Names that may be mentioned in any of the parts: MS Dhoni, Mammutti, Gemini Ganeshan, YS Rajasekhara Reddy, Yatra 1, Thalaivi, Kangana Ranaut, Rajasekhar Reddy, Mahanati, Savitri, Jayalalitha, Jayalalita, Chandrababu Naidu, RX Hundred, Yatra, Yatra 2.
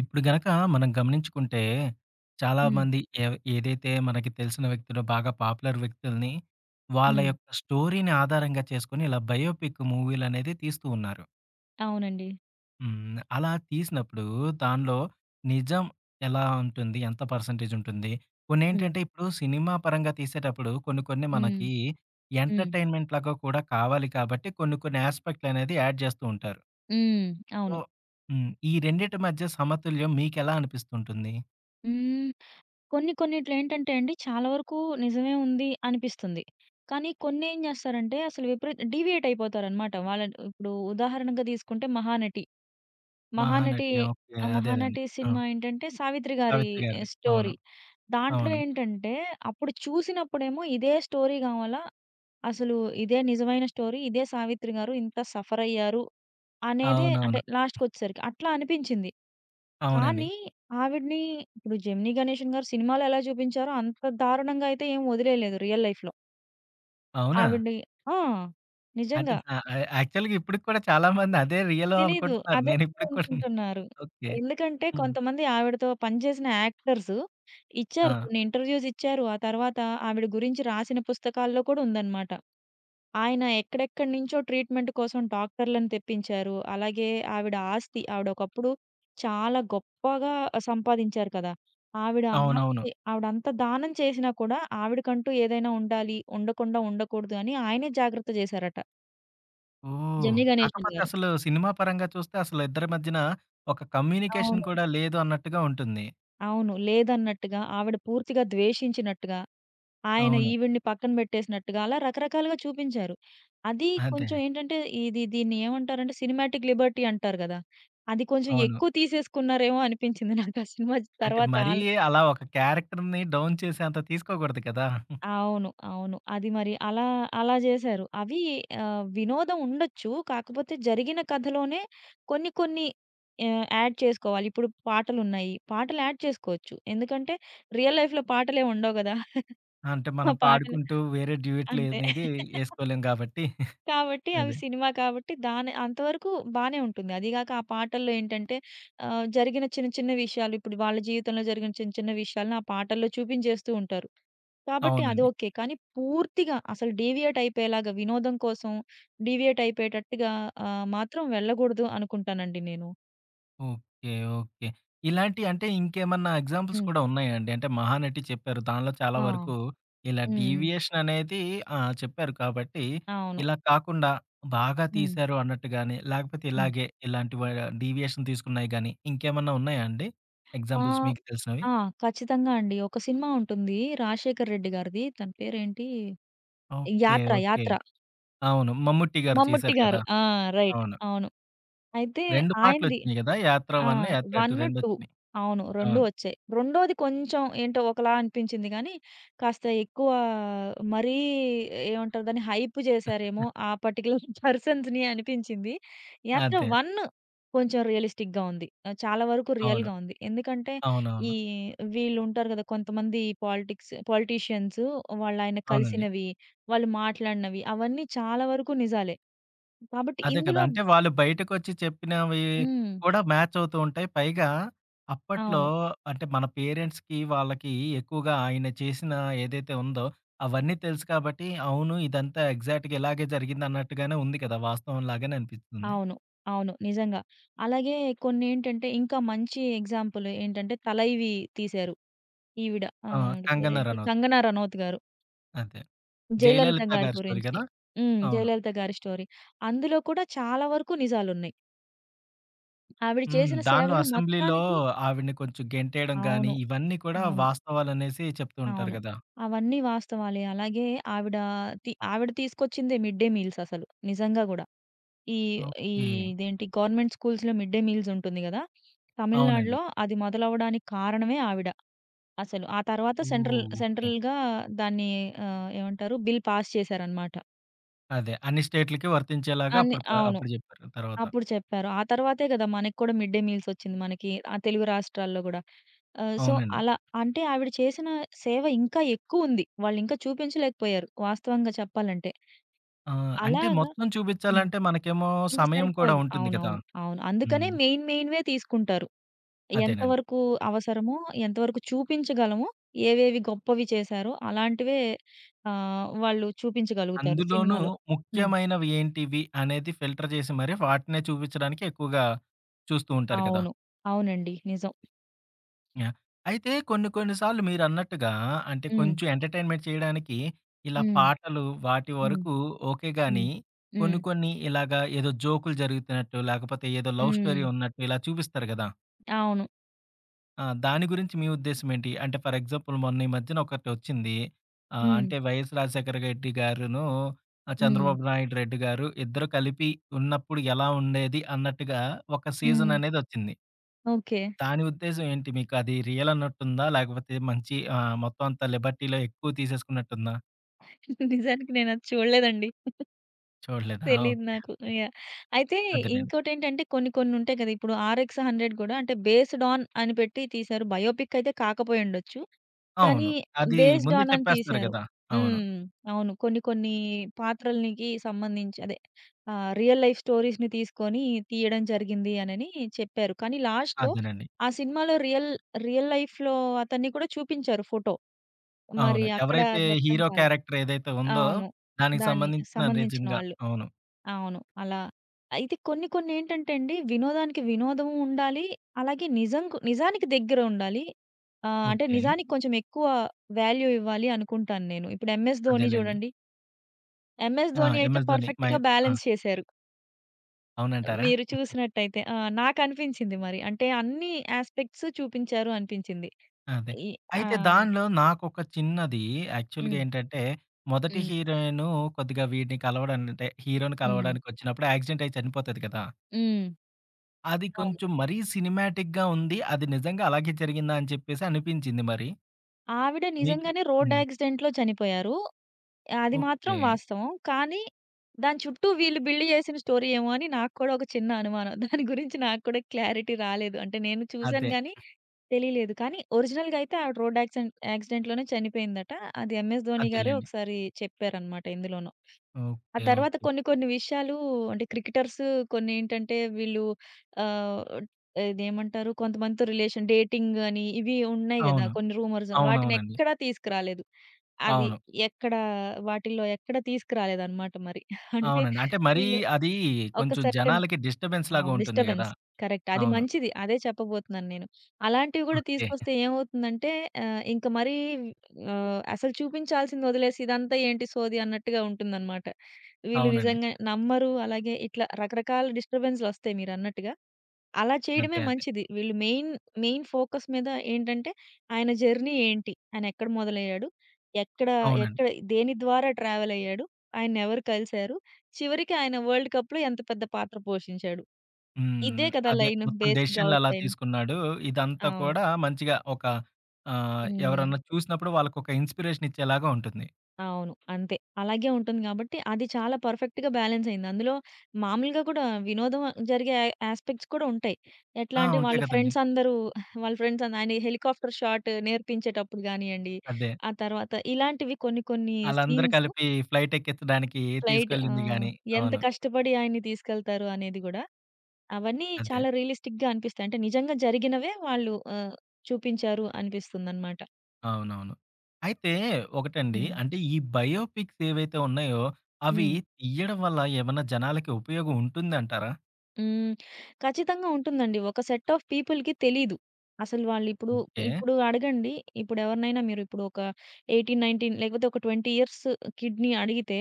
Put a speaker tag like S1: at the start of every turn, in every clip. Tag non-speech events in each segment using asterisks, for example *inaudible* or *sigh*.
S1: ఇప్పుడు గనక మనం గమనించుకుంటే,
S2: హ్మ్.
S1: చాలామంది ఏదైతే మనకి తెలిసిన వ్యక్తులు బాగా పాపులర్ వ్యక్తుల్ని, వాళ్ళ
S2: హ్మ్.
S1: యొక్క స్టోరీని ఆధారంగా చేసుకొని ఇలా బయోపిక్ మూవీలనేది తీస్తూ ఉన్నారు.
S2: అవునండి.
S1: హ్మ్. అలా తీసినప్పుడు దానిలో నిజం ఎలా ఉంటుంది? ఎంత పర్సెంటేజ్ ఉంటుంది?
S2: హ్మ్.
S1: కొన్నేంటంటే ఇప్పుడు సినిమా పరంగా తీసేటప్పుడు కొన్ని కొన్ని
S2: హ్మ్.
S1: మనకి
S2: హ్మ్.
S1: ఎంటర్‌టైన్‌మెంట్ లాగా కూడా కావాలి కాబట్టి కొన్ని కొన్ని యాస్పెక్ట్‌లనేది యాడ్ చేస్తూ ఉంటారు.
S2: హ్మ్.
S1: సో
S2: అవును.
S1: హ్మ్. ఈ రెండిటి మధ్య సమతుల్యం మీకెలా అనిపిస్తుంటుంది?
S2: హ్మ్. కొన్ని కొన్నిట్లేంటంటే అండి, చాలా వరకు నిజమే ఉంది అనిపిస్తుంది. కానీ కొన్నేం జేస్తారంటే అసలు విపరీత డీవియేట్ అయిపోతారనమాట వాళ్ళ. ఇప్పుడు ఉదాహరణగా తీసుకుంటే 'మహానటి.' 'మహానటి'
S1: మహానటి. ఓకే.
S2: ఆ
S1: అదేనండి.
S2: 'మహానటి'
S1: ఆ!
S2: సినిమా ఏంటంటే సావిత్రి గారి
S1: 'సావిత్రి' గారిది. అవును.
S2: స్టోరీ. దాంట్లో
S1: అవును.
S2: ఏంటంటే అప్పుడు చూసినప్పుడేమో ఇదే స్టోరీ గావాలా, అసలు ఇదే నిజమైన స్టోరీ, ఇదే సావిత్రి గారు ఇంత సఫరయ్యారు అనేదే, అంటే
S1: అవునవును.
S2: లాస్ట్‌కొచ్చేసరికి అట్లా అనిపించింది.
S1: అవునండి.
S2: కానీ ఆవిడని ఇప్పుడు 'జెమినీ గణేషన్' గారు సినిమాలో ఎలా చూపించారో అంత దారుణంగా అయితే ఏం వదిలేయలేదు రియల్ లైఫ్‌లో.
S1: అవునా?
S2: ఆవిడని ఆ!
S1: అంటే
S2: నిజంగా.
S1: ద యా యాక్చువల్‌గా ఇప్పటికి కూడా చాలా మంది అదే రియలు
S2: తెలీదు.
S1: అనుకుంటున్నారు.
S2: అదే
S1: నేను ఇప్పటికి కూడా
S2: అనుకుంటున్నారు.
S1: ఓకే.
S2: ఎందుకంటే
S1: హ్మ్.
S2: కొంతమంది ఆవిడతో పనిచేసిన యాక్టర్స్
S1: ఆ!
S2: ఇచ్చారు, కొన్ని ఇంటర్‌వ్యూస్ ఇచ్చారు. ఆ తర్వాత ఆవిడ గురించి రాసిన పుస్తకాల్లో కూడా ఉందన్నమాట. ఆయన ఎక్కడెక్కడి నుంచో ట్రీట్మెంట్ కోసం డాక్టర్‌లను తెప్పించారు. అలాగే ఆవిడ ఆస్తి, ఆవిడ ఒకప్పుడు చాలా గొప్పగా సంపాదించారు కదా! ఆవిడ హ్మ్.
S1: అవునవును.
S2: ఆస్తి ఆవిడంతా దానం చేసినా కూడా ఆవిడకంటూ ఏదైనా ఉండాలి, ఉండకుండా ఉండకూడదు అని ఆయనే జాగ్రత్త జేశారట,
S1: ఓహ్!
S2: జెమినీ గణేషన్
S1: కాకపోతే
S2: గారు.
S1: అసలు సినిమా పరంగా చూస్తే అసలు ఇద్దరి మధ్యన ఒక
S2: అవును.
S1: కమ్యూనికేషన్ కూడా లేదు అన్నట్టుగా ఉంటుంది.
S2: అవును, లేదన్నట్టుగా ఆవిడ పూర్తిగా ద్వేషించినట్టుగా, ఆయన
S1: అవును.
S2: ఈవిడ్ని పక్కన బెట్టేసినట్టుగా అలా రకరకాలుగా చూపించారు. అది
S1: అదే.
S2: కొంచెం ఏంటంటే, ఇది దీన్ని ఏమంటారంటే సినిమాటిక్ లిబర్టీ అంటారు గదా! అది కొంచెం
S1: అవును.
S2: ఎక్కువ తీసేసుకున్నారేమో అనిపించింది నాకు ఆ సినిమా
S1: అంటే
S2: తర్వాత
S1: మరీ
S2: ఆల్.
S1: అలా ఒక క్యారెక్టర్‌ని డౌన్ చేసేంత తీసుకోకూడదు కదా!
S2: అవును. అవును. అది మరి అలా అలా జేశారు. అవి వినోదం ఉండొచ్చు. కాకపోతే జరిగిన కథలోనే కొన్ని కొన్ని యాడ్ చేసుకోవాలి. ఇప్పుడు పాటలున్నాయి, పాటలు యాడ్ చేసుకోవచ్చు. ఎందుకంటే రియల్ లైఫ్‌లో పాటలేం ఉండవు గదా!
S1: అంటే
S2: ఆ
S1: మనం
S2: పాటలు
S1: పాడుకుంటూ వేరే డ్యూయెట్లు
S2: అంతే.
S1: అనేది యేసుకోలేం కాబట్టి.
S2: కాబట్టి అవి
S1: అదే.
S2: సినిమా కాబట్టి దాని అంతవరకు బానే ఉంటుంది. అదీగాక ఆ పాటల్లో ఏంటంటే, జరిగిన చిన్న చిన్న విషయాలు, ఇప్పుడు వాళ్ళ జీవితంలో జరిగిన చిన్న చిన్న విషయాలను ఆ పాటల్లో చూపించేస్తూ ఉంటారు. కాబట్టి అది
S1: అవునండి.
S2: ఓకే. కానీ పూర్తిగా అసలు డీవియేట్ అయిపోయేలాగా, వినోదం కోసం డీవియేట్ అయిపోయేటట్టుగా మాత్రం వెళ్ళకూడదు అనుకుంటానండి నేను.
S1: ఓకే. ఓకే. ఇలాంటి అంటే ఇంకేమన్నా ఎగ్జాంపుల్స్
S2: హ్మ్.
S1: కూడా ఉన్నాయా అండి? అంటే 'మహానటి' చెప్పారు. దానిలో చాలా
S2: ఆ!
S1: వరకు ఇలా
S2: హ్మ్.
S1: డీవియేషన్ అనేది ఆ! చెప్పారు కాబట్టి,
S2: అవును.
S1: ఇలా కాకుండా బాగా
S2: హ్మ్.
S1: తీశారు అన్నట్టు గాని, లేకపోతే
S2: హ్మ్.
S1: ఇలాగే ఇలాంటి వ డీవియేషన్ తీసుకున్నాయి గాని, ఇంకేమన్నా ఉన్నాయా అండి
S2: ఆ!
S1: ఎగ్జాంపుల్స్ మీకు తెలిసినవి?
S2: ఆ! ఖచ్చితంగా అండి, ఒక సినిమా ఉంటుంది, రాజశేఖర్ రెడ్డి గారిది. తన పేరేంటి?
S1: ఓకే.
S2: 'యాత్ర,'
S1: ఓకే.
S2: 'యాత్ర.'
S1: అవును. 'మమ్ముట్టి' గారు
S2: మమ్ముట్టి
S1: చేశారు
S2: గారు.
S1: కదా!
S2: ఆ! రైట్.
S1: అవును.
S2: అవును. అయితే
S1: 2
S2: ఆయనది
S1: పాటలొచ్చినియి గదా! 'యాత్ర
S2: ఆ!
S1: 1', 'యాత్ర
S2: 1,
S1: 2'
S2: 2.
S1: రెండొచ్చినియి.
S2: అవును, 2
S1: అవును.
S2: వచ్చాయి. రెండోది కొంచెం ఏంటో ఒకలా అనిపించింది గానీ, కాస్త ఎక్కువ మరీ, ఏమంటారు దాన్ని, హైప్ చేశారేమో ఆ పర్టిక్యులర్ *laughs* పర్సన్స్‌ని అనిపించింది. 'యాత్ర
S1: అదే.
S2: 1' కొంచెం రియలిస్టిక్‌గా ఉంది. చాలా వరకు
S1: అవును.
S2: రియల్‌గా ఉంది. ఎందుకంటే
S1: అవునవును.
S2: ఈ వీళ్ళుంటారు కదా కొంతమంది, పాలిటిక్స్, పొలిటీషియన్స్, వాళ్ళాయన
S1: అవునండి.
S2: కలిసినవి, వాళ్ళు మాట్లాడినవి అవన్నీ చాలా వరకు నిజాలే. కాబట్టి
S1: అదే కదా!
S2: ఇందులో
S1: అంటే వాళ్ళు బయటకొచ్చి చెప్పినవి
S2: హ్మ్.
S1: కూడా మ్యాచ్ అవుతూ ఉంటాయి. పైగా అప్పట్లో
S2: అవును.
S1: అంటే మన పేరెంట్స్‌కి, వాళ్ళకి ఎక్కువగా ఆయన చేసిన ఏదైతే ఉందో అవన్నీ తెలుసు కాబట్టి, అవును ఇదంతా ఎగ్జాక్ట్‌గా ఇలాగే జరిగింది అన్నట్టుగానే ఉంది కదా! వాస్తవం లాగానే అనిపిస్తుంది.
S2: అవును. అవును, నిజంగా. అలాగే కొన్నేంటంటే, ఇంకా మంచి ఎగ్జాంపుల్ ఏంటంటే 'తలైవి' తీశారు. ఈవిడ
S1: ఆ!
S2: ఆవిడ
S1: 'కంగనా
S2: పేరేంటి?
S1: రనౌత్'
S2: కంగనా రనౌత్ గారు.
S1: అదే.
S2: జయలలిత
S1: 'జయలలిత'
S2: గారి
S1: గారి స్టోరీ
S2: గురించి.
S1: కదా!
S2: హ్మ్,
S1: అవును.
S2: జయలలిత గారి స్టోరీ. అందులో కూడా చాలా వరకు నిజాలున్నాయి. ఆవిడ
S1: హ్మ్.
S2: చేసిన
S1: దానిలో
S2: సేవలు
S1: అసెంబ్లీలో
S2: మొత్తానికి
S1: ఆవిడని కొంచెం గెంటేయడం గాని,
S2: అవును.
S1: ఇవన్నీ కూడా
S2: అవును.
S1: వాస్తవాలనేసి చెప్తూ ఉంటారు
S2: అవును,
S1: కదా!
S2: అవన్నీ వాస్తవాలే. అలాగే ఆవిడ ఆవిడ తీసుకొచ్చిందే మిడ్ డే మీల్స్ అసలు, నిజంగా గూడా. ఈ ఈ
S1: ఓకే.
S2: ఇదేంటి, గవర్నమెంట్ స్కూల్స్‌లో మిడ్ డే మీల్స్ ఉంటుంది గదా!
S1: అవునండి.
S2: తమిళనాడులో అది మొదలవ్వడానికి కారణమే ఆవిడ అసలు. ఆ తర్వాత సెంట్రల్
S1: ఓహ్! ఓకే.
S2: సెంట్రల్‌గా దాన్ని ఏమంటారు, బిల్ పాస్ చేశారనమాట.
S1: అదే. అన్ని స్టేట్‌లకి వర్తించేలాగా
S2: అన్ని
S1: అప్పుడు
S2: అవును,
S1: అప్పుడు జెప్పారు తర్వాత.
S2: అప్పుడు చెప్పారు. ఆ తర్వాతే గదా మనకి కూడా మిడ్ డే మీల్స్ ఒచ్చింది మనకి, తెలుగు రాష్ట్రాల్లో గూడా. సో,
S1: అవునండి.
S2: అలా, అంటే ఆవిడ చేసిన సేవ ఇంకా ఎక్కువుంది. వాళ్ళింకా చూపించలేకపోయారు వాస్తవంగా చెప్పాలంటే.
S1: ఆ! అంటే
S2: అలాగా
S1: మొత్తం
S2: హ్మ్.
S1: చూపిచ్చాలంటే మనకేమో
S2: ఇంక
S1: సమయం కూడా
S2: సరిపోదు.
S1: ఉంటుంది కదా!
S2: అవునవును. అవును, అందుకనే
S1: హ్మ్.
S2: మెయిన్‌వే తీసుకుంటారు.
S1: అదేనండి.
S2: ఎంతవరకు అవసరమో, ఎంతవరకు చూపించగలమో, ఏవేవి గొప్పవి చేశారో అలాంటివే వాళ్ళు చూపించగలుగుతారు
S1: అందులోనూ
S2: సినిమాలో. హ్మ్.
S1: ముఖ్యమైనవి ఏంటివి అనేది ఫిల్టర్ జేసి మరి వాటినే చూపిచ్చడానికి ఎక్కువగా చూస్తూ ఉంటారు కదా!
S2: అవును. అవునండి, నిజం.
S1: యాహ్! అయితే కొన్ని కొన్ని సార్లు మీరన్నట్టుగా అంటే
S2: హ్మ్.
S1: కొంచెం ఎంటర్‌టైన్‌మెంట్ చేయడానికి ఇలా
S2: హ్మ్.
S1: పాటలు వాటి
S2: హ్మ్.
S1: వరకు ఓకే
S2: హ్మ్.
S1: గానీ,
S2: హ్మ్.
S1: కొన్ని కొన్ని ఇలాగా ఏదో జోకులు జరుగుతున్నట్టు లేకపోతే ఏదో లవ్
S2: హ్మ్.
S1: స్టోరీ ఉన్నట్టు ఇలా చూపిస్తారు గదా!
S2: అవును.
S1: ఆ! దాని గురించి మీ ఉద్దేశ్యం ఏంటి? అంటే ఫర్ ఎగ్జాంపుల్ మొన్న ఈ మధ్యన ఒకటొచ్చింది. ఆహ్,
S2: హ్మ్.
S1: అంటే వైఎస్ రాజశేఖర రెడ్డి గారును, ఆహ్,
S2: హ్మ్.
S1: చంద్రబాబు నాయుడు రెడ్డి గారు ఇద్దరు కలిపి ఉన్నప్పుడు ఎలా ఉండేది అన్నట్టుగా ఒక
S2: హ్మ్.
S1: సీజన్ అనేదొచ్చింది.
S2: ఓకే.
S1: దాని ఉద్దేశ్యం ఏంటి? మీకు అది రియల్ అన్నట్టుందా? లేకపోతే మంచి ఆహ్, మొత్తం అంతా లిబర్టీలో ఎక్కువ తీసేసుకున్నట్టుందా?
S2: నిజానికి నేనది చూడలేదండి.
S1: చూడలేదా?
S2: తెలీదు
S1: ఓకే.
S2: నాకు.
S1: ఓకే.
S2: యాహ్! అయితే
S1: అదేనండి.
S2: ఇంకోటేంటంటే, కొన్ని కొన్నుంటాయి కదా! ఇప్పుడు 'ఆర్ఎక్స్ హండ్రెడ్' గూడా, అంటే బేస్డ్ ఆన్ అని పెట్టి తీశారు. బయోపిక్ అయితే కాకపోయుండొచ్చు, కానీ
S1: అవును. అది
S2: బేస్డ్
S1: ముందే
S2: ఆన్ అని
S1: చెప్పేస్తున్నారు
S2: తీశారు.
S1: గదా! అవును.
S2: హ్మ్. అవును. కొన్ని కొన్ని పాత్రలనికి సంబంధించి అదే రియల్ లైఫ్ స్టోరీస్‌ని తీసుకొని తీయడం జరిగింది అనని చెప్పారు. కానీ లాస్ట్‌లో
S1: అదేనండి.
S2: ఆ సినిమాలో రియల్ రియల్ లైఫ్‌లో అతన్ని కూడా చూపించారు, ఫోటో. మరి
S1: అవును.
S2: అక్కడ
S1: ఎవరైతే
S2: అది అర్థం
S1: హీరో
S2: కాలా.
S1: క్యారెక్టర్ ఏదైతే ఉందో,
S2: అవును,
S1: దానికి
S2: దాని
S1: సంబంధించిన
S2: సంబంధించిన
S1: నిజంగా
S2: వాళ్ళు.
S1: అవును.
S2: అవును. అలా. అయితే కొన్ని కొన్నేంటంటే అండి, వినోదానికి వినోదం ఉండాలి. అలాగే నిజంకు, నిజానికి దగ్గర ఉండాలి. అంటే
S1: ఓకే.
S2: నిజానికి కొంచెం ఎక్కువ వాల్యూ ఇవ్వాలి అనుకుంటాను నేను. ఇప్పుడు 'ఎంఎస్ ధోని'
S1: అదేలెండి.
S2: చూడండి. 'ఎంఎస్
S1: ఆ!
S2: ధోని' అయితే
S1: 'ఎంఎస్ ధోని' మై
S2: పర్ఫెక్ట్‌గా
S1: ఆ!
S2: బ్యాలెన్స్ చేశారు.
S1: అవునంటారా?
S2: మీరు చూసినట్టయితే. ఆ! నాకనిపించింది మరి, అంటే అన్ని యాస్పెక్ట్స్ చూపించారు అనిపించింది.
S1: అదే.
S2: ఈ ఆ!
S1: అయితే దానిలో నాకొక చిన్నది యాక్చువల్‌గా
S2: హ్మ్.
S1: ఏంటంటే, మొదటి
S2: హ్మ్.
S1: హీరోయిను కొద్దిగా వీడిని కలవడానికి అంటే, హీరోని
S2: హ్మ్.
S1: కలవడానికొచ్చినప్పుడు యాక్సిడెంట్ అయ్యి చనిపోతది కదా!
S2: హ్మ్.
S1: అది
S2: అవును.
S1: కొంచెం మరీ సినిమాటిక్‌గా ఉంది. అది నిజంగా అలాగే జరిగిందా అని చెప్పేసి అనిపించింది మరి.
S2: ఆవిడ
S1: మీకు
S2: నిజంగానే రోడ్
S1: హ్మ్.
S2: యాక్సిడెంట్‌లో చనిపోయారు. అది మాత్రం
S1: ఓకే.
S2: వాస్తవం. కానీ దాని చుట్టూ వీళ్ళు బిల్డ్ చేసిన స్టోరీ ఏమో అని నాకు కూడా ఒక చిన్న అనుమానం. *laughs* దాని గురించి నాకు కూడా క్లారిటీ రాలేదు. అంటే నేను చూసాను
S1: అదే.
S2: గానీ తెలియలేదు. కానీ ఒరిజినల్‌గా అయితే ఆవిడ రోడ్ యాక్సిడెంట్‌లోనే చనిపోయిందట. అది ఎంఎస్ ధోని గారే
S1: అదేలెండి.
S2: ఒకసారి చెప్పారనమాట ఇందులోను. ఆ
S1: ఓకే.
S2: తర్వాత
S1: ఓకే.
S2: కొన్ని కొన్ని విషయాలు, అంటే క్రికెటర్స్ కొన్నేంటంటే వీళ్ళు ఆహ్, ఇదేమంటారు, కొంతమందితో రిలేషన్, డేటింగ్ అని ఇవి ఉన్నాయి గదా!
S1: అవును.
S2: కొన్ని రూమర్స్
S1: అవునవునండి.
S2: వాటినెక్కడా తీసుకురాలేదు. అది
S1: అవును.
S2: ఎక్కడ వాటిల్లో ఎక్కడ తీసుకురాలేదనమాట మరి. అంటే
S1: అవునండి. అంటే మరీ
S2: వీళ్ళు
S1: అది
S2: ఒక
S1: కొంచెం
S2: సెర్టైన్
S1: జనాలకి డిస్టర్బెన్స్ లాగా
S2: అవును,
S1: ఉంటుంది గదా!
S2: డిస్టర్బెన్స్. కరెక్ట్. అది
S1: అవును.
S2: మంచిది. అదే చెప్పబోతున్నాను నేను. అలాంటివి గూడా
S1: ఓకే.
S2: తీసుకొస్తే ఏమవుతుందంటే, ఇంక మరీ అసలు చూపించాల్సింది వదిలేసి ఇదంతా ఏంటి సోది అన్నట్టుగా ఉంటుందనమాట. వీళ్ళు
S1: అవునండి.
S2: నిజంగా నమ్మరు. అలాగే ఇట్లా రకరకాల డిస్టర్బెన్స్‌లొస్తాయి మీరన్నట్టుగా. అలా చేయడమే
S1: అదే. అదే.
S2: మంచిది. వీళ్ళు మెయిన్, మెయిన్ ఫోకస్ మీద ఏంటంటే, ఆయన జర్నీ ఏంటి? ఆయనెక్కడ మొదలయ్యాడు? ఎక్కడ,
S1: అవునండి.
S2: ఎక్కడ, దేని ద్వారా ట్రావెల్ అయ్యాడు? ఆయన్నెవరు కలిసారు? చివరికి ఆయన వరల్డ్ కప్‌లో ఎంత పెద్ద పాత్ర పోషించాడు?
S1: హ్మ్.
S2: ఇదే కదా
S1: అదే
S2: లైను,
S1: మొత్తం
S2: బేసిక్‌గా
S1: డెసిషన్‌లు
S2: ఔట్
S1: ఎలా
S2: లైన్.
S1: తీసుకున్నాడు. ఇదంతా
S2: అవును.
S1: కూడా మంచిగా ఒక ఆహ్,
S2: హ్మ్.
S1: ఎవరన్నా చూసినప్పుడు వాళ్ళకొక ఇన్‌స్పిరేషన్ ఇచ్చేలాగా ఉంటుంది.
S2: అవును, అంతే. అలాగే ఉంటుంది గాబట్టి, అది చాలా పర్ఫెక్ట్‌గా బ్యాలెన్స్ అయింది. అందులో మామూలుగా కూడా వినోదం జరిగే యాస్పెక్ట్స్ కూడా ఉంటాయి. ఎట్లా
S1: ఆ!
S2: అంటే, వాళ్ళ
S1: ఉంటాయి గదండీ.
S2: ఫ్రెండ్స్ అందరూ *laughs* వాళ్ళ ఫ్రెండ్స్ అంద్ ఆయన హెలికాప్టర్ షాట్ నేర్పించేటప్పుడు గానియండి,
S1: అదే.
S2: ఆ తర్వాత ఇలాంటివి కొన్ని కొన్ని
S1: ఆళ్ళందరూ
S2: సీన్స్,
S1: కలిపి ఫ్లైట్ ఎక్కించడానికి
S2: ఫ్లైట్ ఆ!
S1: తీసుకెళ్ళింది గాని.
S2: ఎంత
S1: అవును.
S2: కష్టపడి ఆయన్ని తీసుకెళ్తారు అనేది గూడా, అవన్నీ
S1: అదే.
S2: చాలా రియలిస్టిక్‌గా అనిపిస్తాయి. అంటే నిజంగా జరిగినవే వాళ్ళు చూపించారు అనిపిస్తుందనమాట.
S1: అవునవును. అయితే ఒకటండి.
S2: హ్మ్.
S1: అంటే ఈ బయోపిక్స్ ఏవైతే ఉన్నాయో, అవి
S2: హ్మ్.
S1: తీయడం వల్ల ఏమన్నా జనాలకి ఉపయోగం ఉంటుందంటారా?
S2: హ్మ్. ఖచ్చితంగా ఉంటుందండి. ఒక సెట్ ఆఫ్ పీపుల్‌కి తెలీదు. అసలు వాళ్ళిప్పుడు
S1: ఓకే.
S2: ఇప్పుడు అడగండి. ఇప్పుడెవరినైనా మీరిప్పుడు ఒక 18, 19 లేకపోతే ఒక 20 ఇయర్స్ కిడ్‌ని అడిగితే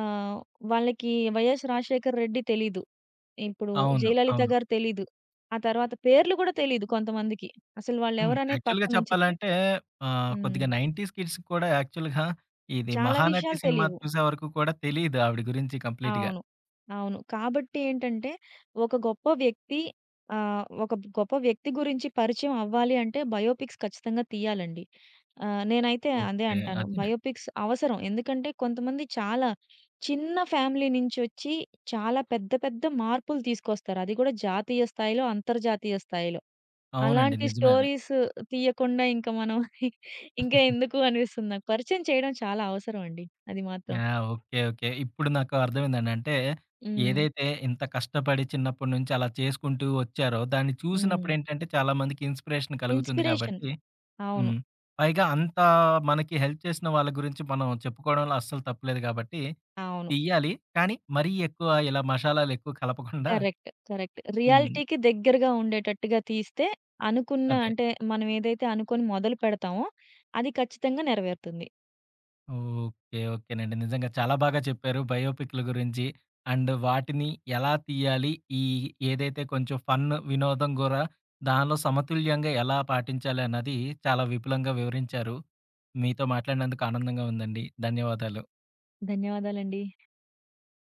S2: ఆహ్, వాళ్ళకి 'వైఎస్ రాజశేఖర్ రెడ్డి' తెలీదు. ఇప్పుడు
S1: అవును.
S2: 'జయలలిత'
S1: అవును.
S2: గారు తెలీదు. ఆ తర్వాత పేర్లు గూడా తెలీదు కొంతమందికి. అసలు
S1: హ్మ్.
S2: వాళ్ళెవరనేది
S1: యాక్చువల్‌గా
S2: పక్కనుంచితే
S1: చెప్పాలంటే ఆహ్,
S2: హ్మ్,
S1: కొద్దిగా 90స్ కిడ్స్ కూడా యాక్చువల్‌గా ఇది
S2: చాలా విషయాలు
S1: 'మహానటి' సినిమా
S2: తెలీవు.
S1: చూసే వరకు కూడా తెలీదు ఆవిడ గురించి కంప్లీట్‌గా.
S2: అవును. అవును. కాబట్టి ఏంటంటే, ఒక గొప్ప వ్యక్తి, ఒక గొప్ప వ్యక్తి గురించి పరిచయం అవ్వాలి అంటే బయోపిక్స్ ఖచ్చితంగా తీయాలండి. నేనైతే అదే
S1: ఓకే.
S2: అంటాను.
S1: అదేనండి.
S2: బయోపిక్స్ అవసరం. ఎందుకంటే కొంతమంది చాలా చిన్న ఫ్యామిలీ నుంచొచ్చి చాలా పెద్ద పెద్ద మార్పులు తీసుకొస్తారు. అది కూడా జాతీయ స్థాయిలో, అంతర్జాతీయ స్థాయిలో.
S1: అవునండి.
S2: అలాంటి
S1: నిజమే అది.
S2: స్టోరీస్ తీయకుండా ఇంక మనం *laughs* ఇంకా ఎందుకు అనిపిస్తుంది నాకు. పరిచయం చేయడం చాలా అవసరం అండి, అది మాత్రం.
S1: ఆ! ఓకే. ఓకే. ఇప్పుడు నాకు అర్థమైందండి. అంటే
S2: హ్మ్.
S1: ఏదైతే ఇంత కష్టపడి చిన్నప్పటి నుంచి అలా చేసుకుంటూ వచ్చారో, దాన్ని
S2: హ్మ్.
S1: చూసినప్పుడేంటంటే చాలామందికి ఇన్‌స్పిరేషన్ కలుగుతుంది
S2: ఇన్‌స్పిరేషన్.
S1: కాబట్టి
S2: అవును.
S1: హ్మ్. పైగా అంతా మనకి హెల్ప్ చేసిన వాళ్ళ గురించి మనం చెప్పుకోవడంలో అస్సలు తప్పులేదు కాబట్టి,
S2: అవును.
S1: తియ్యాలి. కానీ మరీ ఎక్కువ ఇలా మషాలాలు ఎక్కువ కలపకుండా
S2: కరెక్ట్. కరెక్ట్.
S1: హ్మ్.
S2: రియాలిటీకి దగ్గరగా ఉండేటట్టుగా తీస్తే అనుకున్న,
S1: అదే.
S2: అంటే మనం ఏదైతే అనుకోని మొదలు పెడతామో అది ఖచ్చితంగా నెరవేరుతుంది.
S1: ఓకే. ఓకేనండి. నిజంగా చాలా బాగా చెప్పారు. బయోపిక్‌ల గురించి అండ్ వాటిని ఎలా తీయాలి? ఈ ఏదైతే కొంచెం ఫన్, వినోదం గూడా దానిలో సమతుల్యంగా ఎలా పాటించాలి అన్నది చాలా విపులంగా వివరించారు. మీతో మాట్లాడినందుకు ఆనందంగా ఉందండి. ధన్యవాదాలు.
S2: ధన్యవాదాలండి.